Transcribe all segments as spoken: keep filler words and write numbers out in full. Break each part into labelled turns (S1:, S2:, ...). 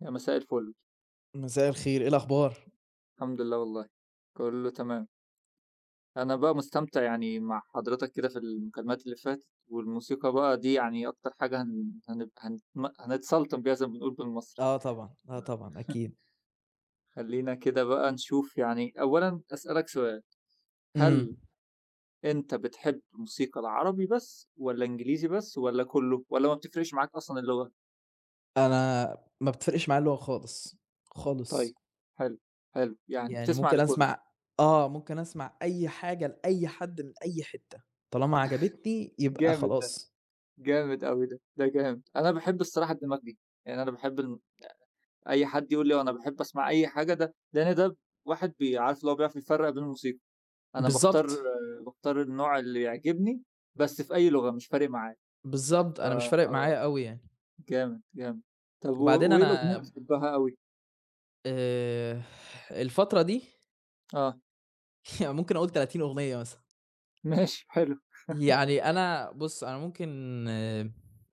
S1: يا مساء الفل،
S2: مساء الخير، إيه الأخبار؟
S1: الحمد لله والله، كله تمام. أنا بقى مستمتع يعني مع حضرتك كده في المكالمات اللي فاتت، والموسيقى بقى دي يعني أكتر حاجة هن هنب هن هنتسلطن بيها زي ما بنقول بالمصري.
S2: آه طبعًا، آه طبعًا أكيد.
S1: خلّينا كده بقى نشوف يعني أولًا أسألك سؤال،
S2: إمم.
S1: هل أنت بتحب الموسيقى العربي بس والّا إنجليزي بس والّا كله والّا ما بتفرقش معاك أصلًا اللغة؟
S2: أنا ما بتفرقش معايا اللغة خالص،
S1: طيب
S2: خالص.
S1: حلو، حلو، يعني
S2: يعني
S1: بتسمع
S2: ممكن
S1: لكله،
S2: أسمع آه، ممكن أسمع أي حاجة لأي حد من أي حتّة، طالما عجبتني يبقى
S1: جامد ده،
S2: خلاص.
S1: جامد أوي ده، ده جامد. أنا باحب الصراحة الدماغ دي، يعني أنا باحب الم أي حد يقول لي أنا باحب أسمع أي حاجة ده لإن ده واحد بي عارف اللي هو بيعرف يفرّق بين الموسيقى، أنا باختار
S2: بالضبط،
S1: باختار النوع اللي يعجبني بس في أي لغة مش فارق معايا،
S2: بالضبط.
S1: ف
S2: أنا مش فارق
S1: آه،
S2: معايا أوي يعني.
S1: جامد، جامد. طب و
S2: وبعدين
S1: وإيه الأغنية
S2: أنا
S1: اللي بتحبها أوي؟
S2: آآ الفترة دي
S1: آه،
S2: يعني ممكن أقول تلاتين أغنية مثلًا.
S1: ماشي حلو،
S2: يعني أنا بُص، أنا ممكن آه،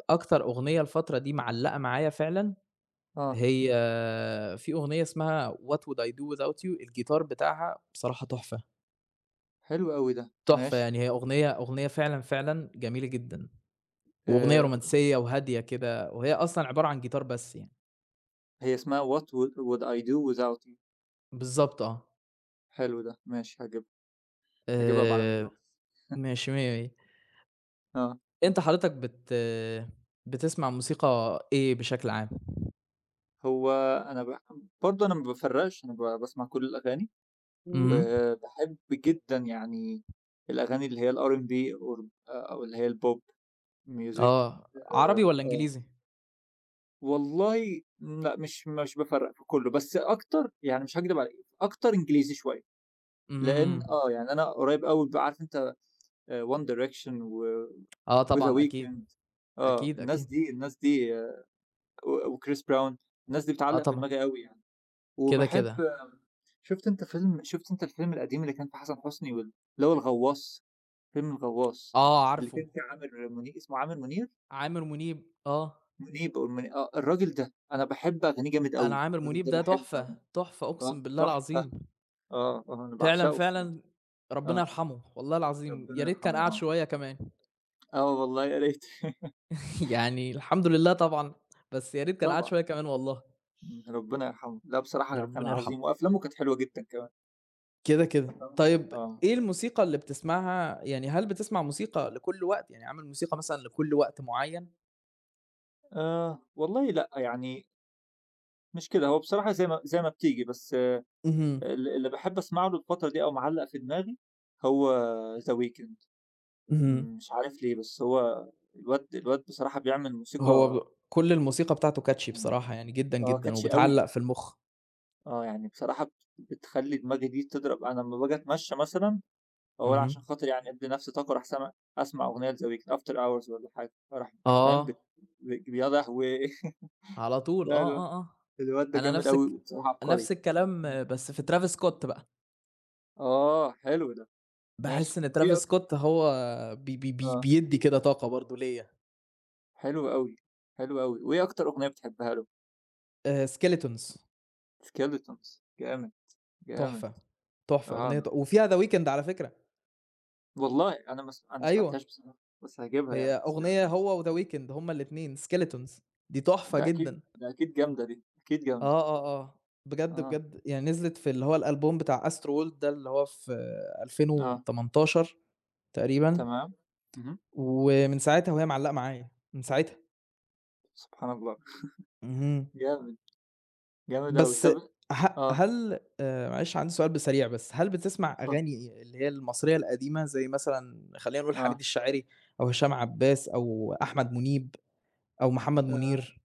S2: أكتر أغنية الفترة دي معلّقة معايا فعلًا
S1: آه،
S2: هي في أغنية اسمها What would I do without you الجيتار بتاعها بصراحة تحفة،
S1: حلو أوي ده،
S2: تحفة
S1: ماشي.
S2: يعني هي أغنية أغنية فعلًا، فعلًا جميلة جدًا، وأغنية
S1: آآ،
S2: رومانسية وهادية كده، وهي أصلًا عبارة عن جيتار بس يعني.
S1: هي اسمها What would would I do without you.
S2: بالضبط آه.
S1: حلو ده، ماشي هاجيبها، هاجيبها بعد ما
S2: آآ
S1: نخلّص.
S2: ماشي، مِيَّة، مِيَّة.
S1: آه،
S2: أنت حضرتك بت بتسمع موسيقى إيه بشكل عام؟
S1: هو أنا ب برضه أنا ما بافرّقش، أنا ب باسمع كل الأغاني.
S2: اهم.
S1: وباحب جدًا يعني الأغاني اللي هي الRnB or أو اللي هي الpop music.
S2: آه. عربي
S1: آآ،
S2: والّا
S1: آه،
S2: إنجليزي؟
S1: والله لأ مش مش بافرّق في كلّه، بس أكتر يعني مش هاكدب عليك، أكتر إنجليزي شوية،
S2: اهم.
S1: لإن آه، يعني أنا قريب أوي ب عارف أنت آآ One Direction و
S2: آه
S1: وThe
S2: طبعًا أكيد،
S1: Weeknd. آه،
S2: أكيد،
S1: الناس
S2: أكيد.
S1: دي الناس دي آه، و وChris Brown. الناس دي
S2: آه
S1: بتعلّق في
S2: طبعًا.
S1: دماغي أوي يعني،
S2: كده،
S1: وباحب
S2: كده.
S1: شُفت أنت فيلم شُفت أنت الفيلم القديم اللي كان فيه حسن حسني وال اللي هو الغواص؟ فيلم الغواص،
S2: آه
S1: اللي
S2: عارفه.
S1: كان فيه عامر منيب اسمه عامر منير؟
S2: عامر منيب، آه.
S1: منيب أو المني آه، الراجل ده أنا باحب أغانيه جامد
S2: أنا
S1: أوي،
S2: عامر
S1: الراجل
S2: منيب
S1: ده
S2: ده
S1: باحب
S2: تحفة،
S1: أغانيه.
S2: تحفة
S1: آه،
S2: أقسم بالله
S1: تحفة،
S2: العظيم.
S1: آه، آه، أنا
S2: فعلًا،
S1: باعشقه الصراحة،
S2: فعلًا ربنا
S1: آه،
S2: يرحمه، والله العظيم
S1: ربنا
S2: يا ريت كان
S1: يرحمه
S2: قعد
S1: آه،
S2: شوية كمان
S1: آه والله يا ريت
S2: يعني الحمد لله طبعًا، بس يا ريت كان قعد
S1: طبعًا،
S2: شوية كمان والله،
S1: إمم، ربنا يرحمه، لأ
S2: يا
S1: بصراحة كان
S2: ربنا
S1: عظيم
S2: يرحمه.
S1: وأفلامه كانت حلوة جدًا كمان،
S2: كده، كده.
S1: أفلامه كانت
S2: طيب
S1: آه،
S2: إيه الموسيقى اللي بتسمعها يعني هل بتسمع موسيقى لكل وقت؟ يعني عامل موسيقى مثلًا لكل وقت معيّن؟
S1: آه، والله لأ يعني مش كده، هو بصراحة زي ما زي ما بتيجي، بس
S2: اهم،
S1: ال اللي باحب أسمع له الفترة دي أو معلّق في دماغي هو The Weeknd.
S2: اهم.
S1: إمم، مش عارف ليه، بس هو الواد الواد بصراحة بيعمل
S2: هو
S1: موسيقى.
S2: ب كل الموسيقى بتاعته catchy
S1: إمم.
S2: بصراحة يعني جدًا،
S1: آه،
S2: جدًا
S1: catchy أوي
S2: وبتعلّق
S1: يعني،
S2: في المُخ.
S1: آه، يعني بصراحة بت بتخلّي دماغي دي تضرب. أنا لمّا باجي أتمشى مثلًا أوّلًا عشان
S2: اهم.
S1: خاطر يعني أدّي نفسي طاقة أروح سامع أسمع أغنية لThe Weeknd After Hours والّا حاجة، أروح فاهم بت
S2: آه.
S1: بت يا لهوي!
S2: على طول،
S1: لا
S2: آه،
S1: الو
S2: آه، آه.
S1: الواد ده
S2: أنا
S1: جامد
S2: نفس
S1: أوي
S2: الك
S1: وبصراحة عبقري.
S2: نفس الكلام
S1: إمم،
S2: آه، بس في ترافيس سكوت بقى،
S1: آه، حلو ده،
S2: باحس
S1: ماشي.
S2: إن
S1: إيه
S2: ترافيس
S1: أكت
S2: سكوت هو بي بي بي
S1: آه،
S2: بيدّي كده طاقة برضه ليّا.
S1: حلو أوي، حلو أوي. وإيه أكتر أغنية بتحبها له؟
S2: آآ skeletons
S1: Skeletons جامد، جامد،
S2: تحفة، تحفة
S1: آه.
S2: أغنية ت وفيها The weeknd على فكرة،
S1: والله أنا ما س أنا ما
S2: أيوه،
S1: سمعتهاش بصراحة، بس هاجيبها
S2: هي
S1: يعني
S2: أغنية
S1: skeleton.
S2: هو وThe weeknd هُم الاتنين skeletons دي تحفة
S1: ده أكيد
S2: جدًا.
S1: ده أكيد جامدة دي، أكيد جامدة.
S2: آه، آه، آه، بجد،
S1: آه،
S2: بجد يعني نزلت في اللي هو الألبوم بتاع Astro World ده اللي هو في
S1: آه،
S2: ألفين وتمنتاشر تقريبًا،
S1: تمام. اهم،
S2: ومن ساعتها وهي معلقة معايا، من ساعتها.
S1: سبحان الله
S2: اهم.
S1: جامد، جامد أوي.
S2: بس
S1: طب
S2: ه
S1: آه،
S2: هل آآ معلش عندي سؤال ب سريع بس، هل بتسمع
S1: اتفضل.
S2: أغاني اللي هي المصرية القديمة زي مثلًا خلّينا نقول حميد
S1: آه،
S2: الشاعري أو هشام عباس أو أحمد منيب أو محمد
S1: آآ،
S2: منير؟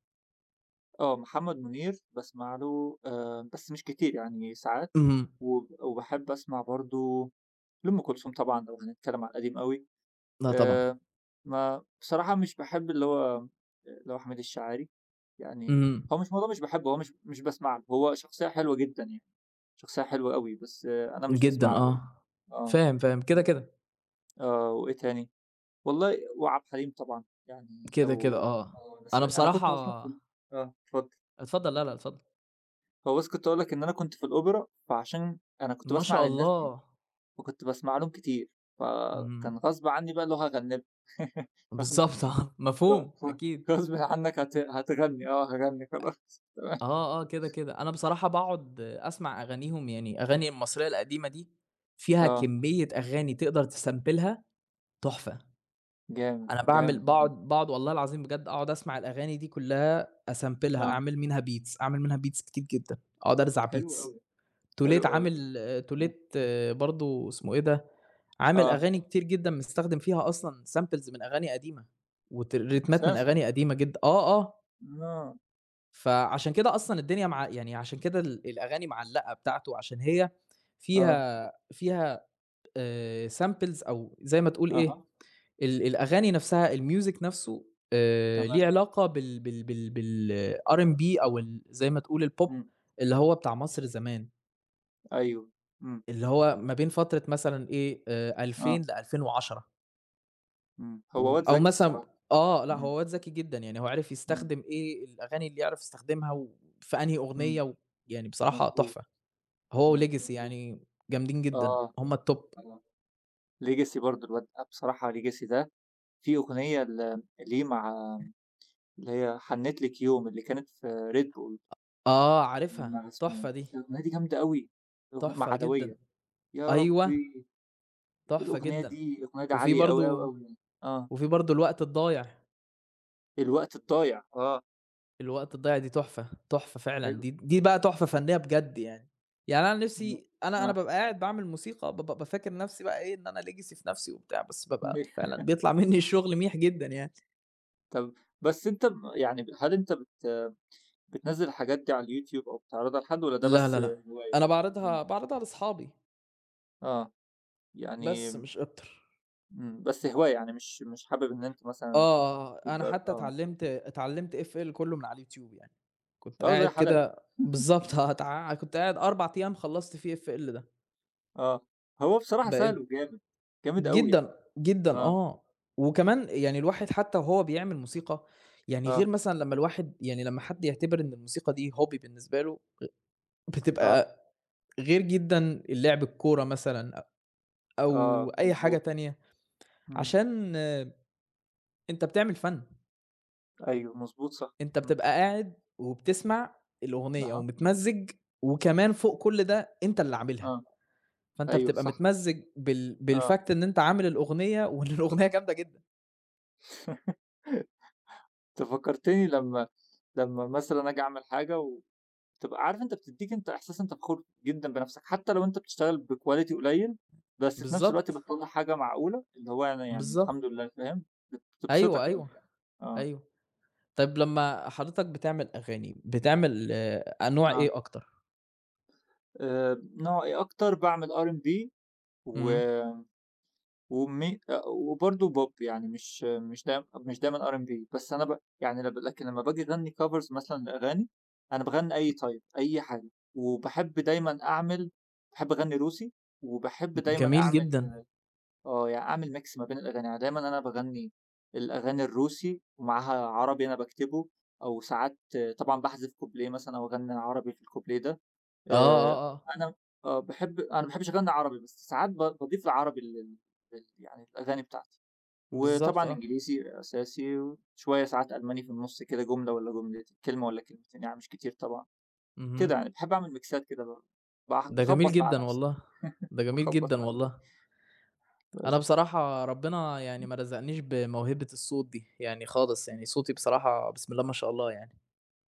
S1: آه، محمد منير باسمع له آآ، بس مش كتير يعني ساعات،
S2: اهم،
S1: وب وباحب أسمع برضه لأم كلثوم طبعًا لو هنتكلم على القديم أوي.
S2: لأ طبعًا،
S1: آآ ما بصراحة مش باحب اللي هو اللي هو حميد الشاعري، يعني
S2: اهم،
S1: هو مش موضوع مش باحبه، هو مش مش باسمع له، هو شخصية حلوة جدًا يعني، شخصية حلوة أوي، بس آه، أنا مش
S2: جدًا
S1: باسمع له يعني،
S2: آه،
S1: آه،
S2: فاهم، فاهم، كده،
S1: آآ
S2: كده،
S1: آه، وإيه تاني؟ والله وعبد الحليم طبعًا، يعني
S2: كده، كده
S1: لو
S2: آه،
S1: آه، بس
S2: أنا
S1: أنا
S2: بصراحة
S1: كنت أصلًا في ال آه، اتفضل.
S2: اتفضل، لا، لا، اتفضل.
S1: هو بس كنت هاقول لك إن أنا كنت في الأوبرا، فعشان أنا كنت
S2: ما
S1: باسمع
S2: شاء
S1: للناس دي،
S2: الله،
S1: فكنت باسمع لهم كتير،
S2: إمم،
S1: فكان غصب عني بقى اللي هو هاغني لهم ف
S2: بالضبط آه، مفهوم
S1: ف
S2: أكيد.
S1: غصبٍ عنّك هت هتغنّي، آه هاغنّي خلاص تمام،
S2: آه، آه، كده، كده. أنا بصراحة باقعد أسمع أغانيهم يعني أغاني المصرية القديمة دي فيها
S1: آه
S2: كمية أغاني تقدر تسامبلها تحفة.
S1: جامد،
S2: أنا باعمل
S1: جامد،
S2: باقعد باقعد والله العظيم بجد أقعد أسمع الأغاني دي كلّها أسامبلها،
S1: آه
S2: أعمل منها beats، أعمل منها beats كتير جدًا، أقعد أرزع
S1: حلو
S2: beats.
S1: أوي،
S2: توليت
S1: حلو أوي ده،
S2: عامل آه،
S1: آه،
S2: توليت برضه اسمه إيه ده، عامل
S1: آه
S2: أغاني كتير جدًا مستخدم فيها أصلًا samples من أغاني قديمة وت ريتمات من
S1: أساسًا،
S2: أغاني قديمة جدًا. آه، آه.
S1: آه،
S2: فعشان كده أصلًا الدنيا مع يعني عشان كده ال الأغاني معلّقة بتاعته، عشان هي
S1: آه،
S2: فيها فيها آآ samples أو زي ما تقول إيه،
S1: أها،
S2: ال الأغاني نفسها الmusic نفسه آآ ليه
S1: تمام،
S2: علاقة بال بال بال بالRnB أو ال زي ما تقول الpop
S1: إمم،
S2: اللي هو بتاع مصر زمان،
S1: أيوه، إمم،
S2: اللي هو ما بين فترة مثلًا إيه، آآ
S1: آه،
S2: ألفين ل2010.
S1: إمم، هو
S2: و
S1: واد
S2: أو
S1: ذكي
S2: مثلًا
S1: الصراحة،
S2: آه، لأ
S1: إمم،
S2: هو واد ذكي جدًا، يعني هو عرف
S1: إمم،
S2: يستخدم إيه الأغاني اللي يعرف يستخدمها وفي أنهي
S1: إمم،
S2: أغنية و يعني بصراحة
S1: مضبوط،
S2: تحفة، هو
S1: إمم،
S2: وLegacy
S1: مضبوط،
S2: يعني جامدين جدًا،
S1: آه،
S2: هم الtop
S1: آه، legacy برضه الواد ده بصراحة legacy ده في أغنية ل ليه مع اللي هي حنّيت لِك يوم اللي كانت في Red Bull.
S2: آه عارفها،
S1: المعزوم،
S2: تحفة دي،
S1: الأغنية دي جامدة أوي، الأغن مع
S2: تحفة جدًا،
S1: عدوية، يا
S2: أيوه،
S1: ربي
S2: تحفة
S1: الأغنية
S2: جدًا،
S1: دي الأغنية دي
S2: وفي
S1: عالية أوي، أوي،
S2: برضه
S1: أوي يعني، آه،
S2: وفي برضه الوقت الضايع.
S1: الوقت الضايع، آه،
S2: الوقت الضايع دي تحفة، تحفة فعلًا،
S1: حلو،
S2: دي دي بقى تحفة فنية بجد يعني. يعني أنا
S1: إمم،
S2: نفسي أنا أنا
S1: آه،
S2: بابقى قاعد باعمل موسيقى ب بابقى فاكر نفسي بقى إيه، إن أنا legacy في نفسي وبتاع، بس بابقى فعلًا بيطلع منّي الشغل ميح جدًا يعني.
S1: طب بس أنت ب يعني ب هل أنت بت بتنزّل الحاجات دي على اليوتيوب أو بتعرضها لحد والّا ده
S2: لا،
S1: بس
S2: لا، لأ،
S1: هواية؟
S2: أنا
S1: إمم،
S2: باعرضها باعرضها لأصحابي،
S1: آه، يعني
S2: بس مش أكتر.
S1: إمم، بس هواية يعني مش مش حابب إن أنت مثلًا
S2: آه، أنا
S1: تجر
S2: حتى
S1: آه،
S2: اتعلّمت اتعلّمت إف إل كلّه من على اليوتيوب يعني، كنت
S1: آه، زي
S2: قاعد
S1: حالاتي،
S2: كده بالضبط، آه، اتع كنت قاعد أربع أيام خلّصت فيه F L ده،
S1: آه، هو بصراحة سهل
S2: بقيت
S1: وجامد، جامد أوي يعني،
S2: جدًا، جدًا
S1: آه،
S2: آه، وكمان يعني الواحد حتى وهو بيعمل موسيقى، يعني غير
S1: آه،
S2: مثلًا لمّا الواحد يعني لمّا حد يعتبر إن الموسيقى دي hobby بالنسبة له،
S1: آه،
S2: بتبقى غير جدًا اللعب الكورة مثلًا أو
S1: آه،
S2: أي حاجة
S1: مضبوط.
S2: تانية،
S1: إمم.
S2: عشان أنت بتعمل فن،
S1: أيوه مضبوط صح.
S2: أنت
S1: إمم.
S2: بتبقى قاعد وبتسمع الأغنية
S1: أها،
S2: ومتمزّج وكمان فوق كل ده أنت اللي عاملها،
S1: آه.
S2: فأنت
S1: أيوه
S2: بتبقى
S1: صح.
S2: متمزّج بال
S1: آه.
S2: بالfact إن أنت عامل الأغنية وإن الأغنية جامدة جدًا.
S1: أنت فكّرتني لمّا لمّا مثلًا آجي أعمل حاجة وتبقى عارف أنت بتدّيك أنت إحساس أنت فخور جدًا بنَفْسك، حتى لو أنت بتشتغل بquality قليل، بس في نَفْس الوقت
S2: بالضبط،
S1: بتطلّع حاجة معقولة، اللي هو أنا يعني الحمد
S2: بالضبط.
S1: لله فاهم، بت
S2: أيوه،
S1: بتبسطك أوي
S2: أيوه.
S1: يعني. آه،
S2: أيوه. طيب لمّا حضرتك بتعمل أغاني، بتعمل آآ أنواع
S1: آه.
S2: إيه أكتر؟
S1: آآ نوع إيه أكتر؟ باعمل آر أند بي و
S2: إمم.
S1: ومي أ وبرضه pop يعني مش مش دايم مش دايمًا آر أند بي، بس أنا ب يعني لب لكن لمّا باجي أغنّي covers مثلًا لأغاني، أنا باغنّي أي طيب، أي حاجة، وباحب دايمًا أعمل باحب أغنّي روسي، وباحب دايمًا
S2: جميل
S1: أعمل
S2: جدًا.
S1: آه، يعني أعمل mix ما بين الأغاني، يعني دايمًا أنا باغنّي الأغاني الروسي ومعاها عربي أنا باكتبه، أو ساعات طبعًا باحذف كوبليه مثلًا أو أغنّي عربي في الكوبليه ده،
S2: آه،
S1: آآ
S2: آه، آه.
S1: أنا آه، باحب أنا ما باحبش أغنّي عربي، بس ساعات ب باضيف العربي لل لل يعني الأغاني بتاعتي،
S2: بالضبط
S1: وطبعًا
S2: آه.
S1: إنجليزي أساسي، وشوية ساعات ألماني في النُص كده جملة والّا جملتين، كلمة والّا كلمتين، يعني مش كتير طبعًا، كده
S2: اهم.
S1: يعني باحب أعمل ميكسات كده ب باع
S2: ده جميل
S1: باخبّط مع
S2: جدًا
S1: نفسي
S2: والله.
S1: يعني
S2: ده جميل جدًا
S1: باخبّط مع نفسي
S2: والله. أنا
S1: بس،
S2: بصراحة ربنا يعني ما رزقنيش بموهبة الصوت دي، يعني خالص، يعني صوتي بصراحة بسم الله ما شاء الله يعني.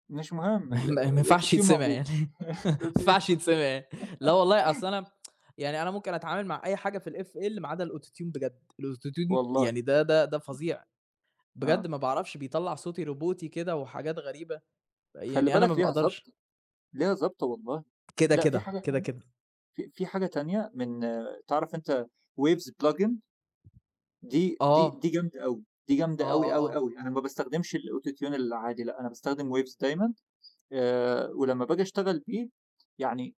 S1: مش مهم
S2: ما
S1: ال.
S2: ما ما
S1: الAuto
S2: ينفعش
S1: Tune
S2: يتسمع
S1: موجود
S2: يعني ما
S1: الAuto
S2: ينفعش
S1: Tune
S2: يتسمع يعني. لا والله أصل أنا يعني أنا ممكن أتعامل مع أي حاجة في الFL ما عدا الAuto Tune بجد. الAuto Tune
S1: والله
S2: يعني ده ده ده فظيع. بجد
S1: آه،
S2: ما باعرفش بيطلّع صوتي روبوتي كده وحاجات غريبة،
S1: خلّي
S2: يعني أنا ما
S1: بالك ليها
S2: باقدرش.
S1: ضابطة، ليها ضابطة والله،
S2: كده،
S1: لأ في
S2: كده،
S1: حاجة
S2: كده،
S1: تانية
S2: كده.
S1: في في حاجة تانية من آه، تعرف أنت Waves Plugin؟ دي دي دي
S2: آه،
S1: جامدة أوي، دي جامدة
S2: آه،
S1: أوي،
S2: آه،
S1: أوي،
S2: آه.
S1: أوي، أنا ما باستخدمش الauto tune العادي لأ، أنا باستخدم waves دايمًا آآ، ولمّا باجي أشتغل بيه يعني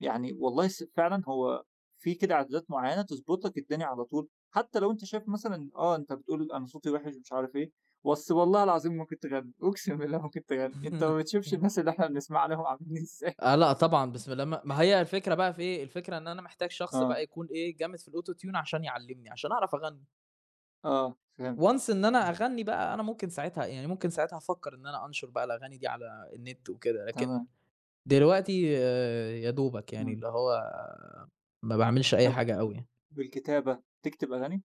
S1: يعني والله س فعلًا هو في كده إعدادات معيّنة تضبط لك الدنيا على طول، حتى لو أنت شايف مثلًا آه، أنت بتقول أنا صوتي وِحِش ومش عارف إيه، بس والله العظيم ممكن تغني، أقسم بالله ممكن تغني، أنت ما بتشوفش الناس اللي إحنا بنسمع لهم عاملين إزاي.
S2: آه لأ طبعًا، بسم الله ما ما هي الفكرة بقى في إيه، الفكرة إن أنا محتاج شخص
S1: آه،
S2: بقى يكون إيه، جامد في الauto tune عشان يعلّمني، عشان أعرف أغنّي.
S1: آه، فهمت،
S2: once إن أنا
S1: إمم،
S2: أغنّي بقى أنا ممكن ساعتها يعني ممكن ساعتها أفكّر إن أنا أنشر بقى الأغاني دي على النت وكده، لكن
S1: تمام،
S2: دلوقتي آآ يا دوبك يعني
S1: إمم،
S2: اللي هو ما باعملش أي
S1: طب
S2: حاجة أوي يعني.
S1: والكتابة، تكتب أغاني؟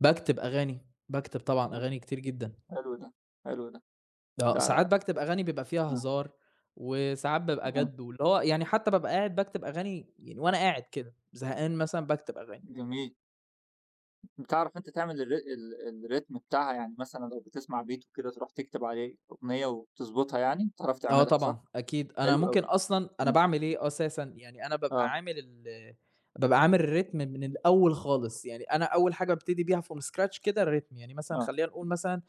S2: باكتب أغاني، باكتب طبعًا
S1: حلو،
S2: أغاني كتير جدًا.
S1: حلو ده، حلو ده،
S2: آه،
S1: ده
S2: ساعات باكتب أغاني بيبقى فيها
S1: آه،
S2: هزار، وساعات بابقى
S1: آه،
S2: جَد، واللي هو يعني حتى بابقى قاعد باكتب أغاني يعني وأنا قاعد كده، زهقان مثلًا باكتب أغاني.
S1: جميل. بتعرف أنت تعمل الر ال الريتم بتاعها، يعني مثلًا لو بتسمع beat وكده تروح تكتب عليه أغنية وتضبطها يعني، بتعرف
S2: آه
S1: تعملها صح؟
S2: طبعًا، أكيد. أنا
S1: حلو
S2: ممكن
S1: أوي،
S2: أصلًا أنا
S1: آه،
S2: باعمل إيه أساسًا، يعني أنا بابقى
S1: آه،
S2: عامل ال بابقى عامل الريتم من الأول خالص، يعني أنا أول حاجة بابتدي بيها from scratch كده الريتم، يعني مثلًا
S1: آه،
S2: خلّينا نقول مثلًا،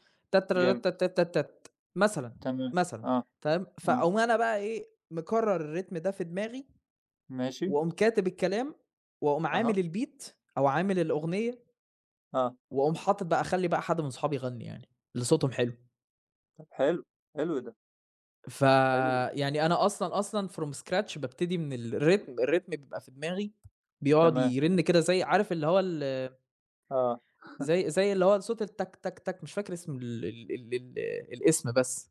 S1: جامد،
S2: تاتراتاتاتات مثلًا،
S1: تمام،
S2: مثلًا،
S1: آه،
S2: تمام،
S1: آه،
S2: فأقوم أنا بقى إيه، مكرّر الريتم ده في دماغي
S1: ماشي،
S2: وأقوم كاتب الكلام، وأقوم
S1: أها،
S2: عامل الbeat أو عامل الأغنية،
S1: آه،
S2: وأقوم حاطط بقى أخلّي بقى حد من صحابي يغني يعني، اللي صوتهم حلو.
S1: طب حلو، حلو ده، حلو ده،
S2: فيعني أنا أصلًا، أصلًا from scratch بابتدي من الريتم، الريتم بيبقى في دماغي بيقعد
S1: تمام،
S2: يرن كده زي عارف اللي هو ال
S1: آه،
S2: زي زي اللي هو صوت التك، تك، تك مش فاكر اسم ال ال ال ال الاسم بس،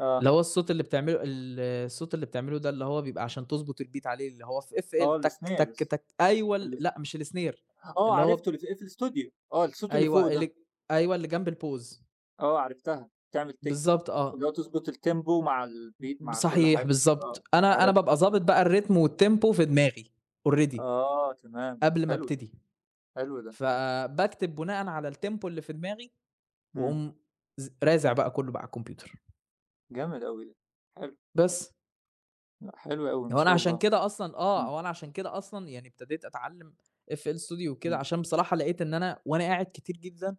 S1: آه،
S2: اللي هو الصوت اللي بتعمله ال الصوت اللي بتعمله ده اللي هو بيبقى عشان تضبط الbeat عليه اللي هو في
S1: آه
S2: إف إل تك، تك،
S1: الsnares
S2: تك أيوه ال
S1: اللي ف
S2: لأ مش الsnare
S1: آه
S2: اللي هو
S1: عرفته اللي في إيه في الإستوديو، آه الصوت اللي فوق
S2: أيوه،
S1: ده،
S2: اللي أيوه، اللي جنب الpause
S1: آه عرفتها، تعمل تك
S2: بالضبط آه،
S1: اللي هو تضبط الtempo مع الbeat مع كل
S2: صحيح
S1: حاجة، آه،
S2: بالضبط، أنا أنا
S1: عرفت.
S2: بابقى ضابط بقى الريتم والtempo في دماغي already
S1: آه تمام،
S2: قبل ما
S1: حلو، ده،
S2: أبتدي،
S1: حلو ده،
S2: فباكتب بناءً على الtempo اللي في دماغي،
S1: إمم،
S2: وأقوم ز رازع بقى كلّه بقى على الكمبيوتر،
S1: جامد أوي ده، حلو،
S2: بس.
S1: لأ حلو أوي ما
S2: هو أنا
S1: شاء
S2: عشان
S1: الله،
S2: كده أصلًا آه،
S1: إمم،
S2: هو أنا عشان كده أصلًا يعني ابتديت أتعلّم F L Studio وكده،
S1: إمم،
S2: عشان بصراحة لقيت إن أنا وأنا قاعد كتير جدًا،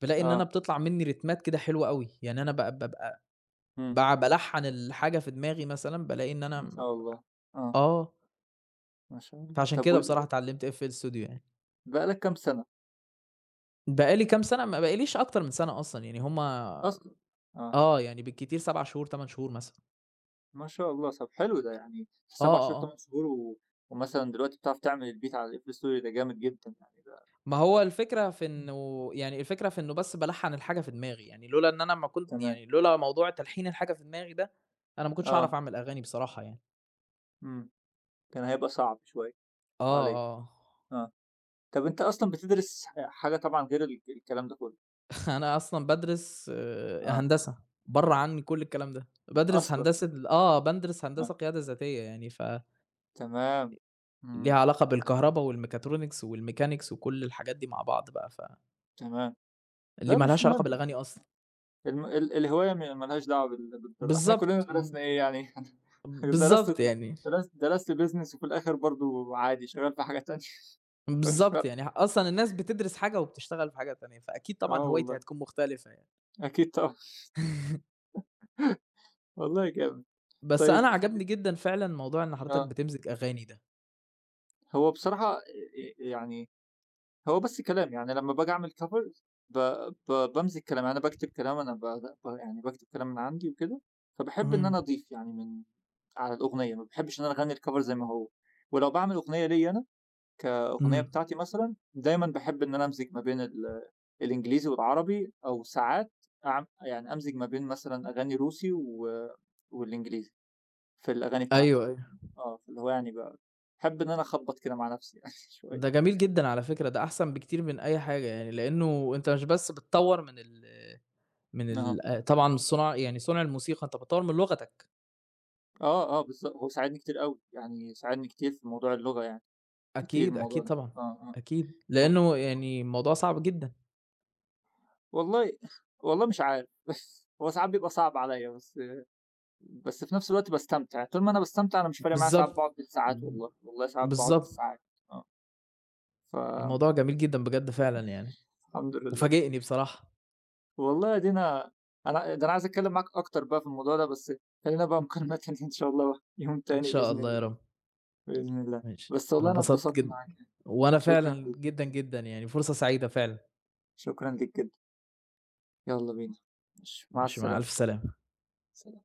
S2: بالاقي إن أنا
S1: آه،
S2: بتطلع منّي رتمات كده حلوة أوي، يعني أنا ب بابقى
S1: إمم،
S2: ب بالحّن الحاجة في دماغي مثلًا، بالاقي إن
S1: ما
S2: أنا
S1: شاء الله، آه،
S2: آه،
S1: ما شاء الله،
S2: فعشان
S1: طب
S2: كده
S1: و
S2: بصراحة اتعلّمت F L Studio يعني.
S1: بقى لك كام سنة
S2: بقى لي كام سَنة ما بقاليش أكتر من سَنة أصلًا، يعني هم
S1: أصلًا؟ آه،
S2: آه، يعني بالكتير سبع شهور، تمانية شهور مثلًا.
S1: ما شاء الله، طب حلو ده يعني
S2: آه،
S1: سبع شهور
S2: آه،
S1: تمن
S2: آه.
S1: شهور و ومثلًا دلوقتي بتعرف تعمل الbeat على القفل السوري ده جامد جدًا يعني ده
S2: ما هو الفكرة في
S1: إمم،
S2: إنه يعني الفكرة في إنه بس بالحّن الحاجة في دماغي، يعني لولا إن أنا ما كنت
S1: تمام،
S2: يعني لولا موضوع تلحين الحاجة في دماغي ده، أنا ما كنتش
S1: آه،
S2: هاعرف أعمل أغاني بصراحة يعني.
S1: إمم، كان هيبقى صعب شوية
S2: آه،
S1: عليَّ،
S2: آه. آه.
S1: آه، طب أنت أصلًا بتدرس ح حاجة طبعًا غير ال الكلام ده كله؟
S2: أنا أصلًا بادرس
S1: آه،
S2: هندسة، برّه عنّي كل الكلام ده، بادرس
S1: أصلًا!
S2: هندسة آه، بادرس
S1: آه.
S2: هندسة قيادة ذاتية يعني ف
S1: تمام،
S2: ليها
S1: إمم،
S2: علاقة بالكهربا والmechatronics والmechanics وكل الحاجات دي مع بعض بقى، ف
S1: تمام.
S2: اللي
S1: لأ
S2: ما
S1: مش
S2: لهاش علاقة
S1: مهم،
S2: بالأغاني أصلًا.
S1: الم ال الهواية م ما لهاش دعوة بال بالدرا. إحنا كلّنا
S2: بالضبط، ب
S1: درسنا إيه يعني درست
S2: بالضبط يعني،
S1: درست درست business وفي الآخر برضه عادي شغّال في حاجة تانية فمش
S2: بالضبط يعني
S1: فارقة.
S2: أصلًا الناس بتدرس حاجة وبتشتغل في حاجة تانية، فأكيد طبعًا
S1: آه
S2: هوايتي
S1: والله،
S2: هتكون مختلفة يعني.
S1: أكيد طبعًا، والله جامد.
S2: بس
S1: طيب
S2: أنا
S1: خلّي
S2: عجبني جدًا فعلًا موضوع إن حضرتك
S1: آه،
S2: بتمزج أغاني ده.
S1: هو بصراحة آآ يعني هو بس كلام، يعني لمّا باجي أعمل cover ب ب بامسك كلام، يعني أنا باكتب كلام أنا ب ب يعني باكتب كلام من عندي وكده، فباحب إن
S2: اهم،
S1: أنا أضيف يعني من على الأغنية، ما باحبش إن أنا أغني الcover زي ما هو، ولو باعمل أغنية ليّا أنا كأغنية
S2: اهم،
S1: بتاعتي مثلًا، دايمًا باحب إن أنا أمزج ما بين ال الإنجليزي والعربي، أو ساعات أعم يعني أمزج ما بين مثلًا أغاني روسي و والإنجليزي في الأغاني بتاعتي،
S2: أيوه، أيوه.
S1: آه، فاللي هو يعني ب باحب إن أنا أخبّط كده مع نفسي يعني
S2: ده
S1: شوية.
S2: جميل جدًا على فكرة، ده أحسن بكتير من أي حاجة يعني، لإنه أنت مش بس بتطوّر من ال من
S1: أها.
S2: ال آآ، طبعًا صُناع يعني صنع الموسيقى، أنت بتطوّر من لغتك.
S1: آه، آه، بالضب هو ساعدني كتير أوي، يعني ساعدني كتير في موضوع اللغة يعني، كتير
S2: أكيد،
S1: الموضوع
S2: أكيد
S1: ده،
S2: طبعًا،
S1: آه، آه،
S2: أكيد،
S1: هو
S2: لأنه يعني الموضوع صعب جدًا،
S1: والله والله مش عارف، بس هو ساعات بيبقى صعب عليّا بس بس في نفس الوقت باستمتع، طول ما أنا باستمتع أنا مش فارق معايا ساعات
S2: بالضبط،
S1: باقعد بالساعات
S2: ب
S1: والله، والله ساعات باقعد
S2: بالضبط،
S1: بالساعات، آه، فالحمد
S2: الموضوع جميل جدًا بجد فعلًا يعني،
S1: لله،
S2: وفاجئني بصراحة،
S1: والله أدينا أنا ده أنا عايز أتكلم معاك أكتر بقى في الموضوع ده، بس خلّينا بقى مكالمة تانية إن شاء الله يوم
S2: إن
S1: تاني
S2: شاء
S1: بإذن
S2: الله يا
S1: الله،
S2: رب،
S1: بإذن الله،
S2: ماشي،
S1: بس
S2: أنا
S1: والله أنا
S2: انبسطت
S1: اتبسطت
S2: جدًا،
S1: معاك يعني،
S2: وأنا
S1: شكرًا
S2: فعلًا
S1: ليك،
S2: جدًا، جدًا يعني فرصة سعيدة فعلًا،
S1: شكرًا ليك جدًا. يلا بينا، ماشي، مع
S2: ماشي مع
S1: السلامة،
S2: ألف سلامة.
S1: سلام.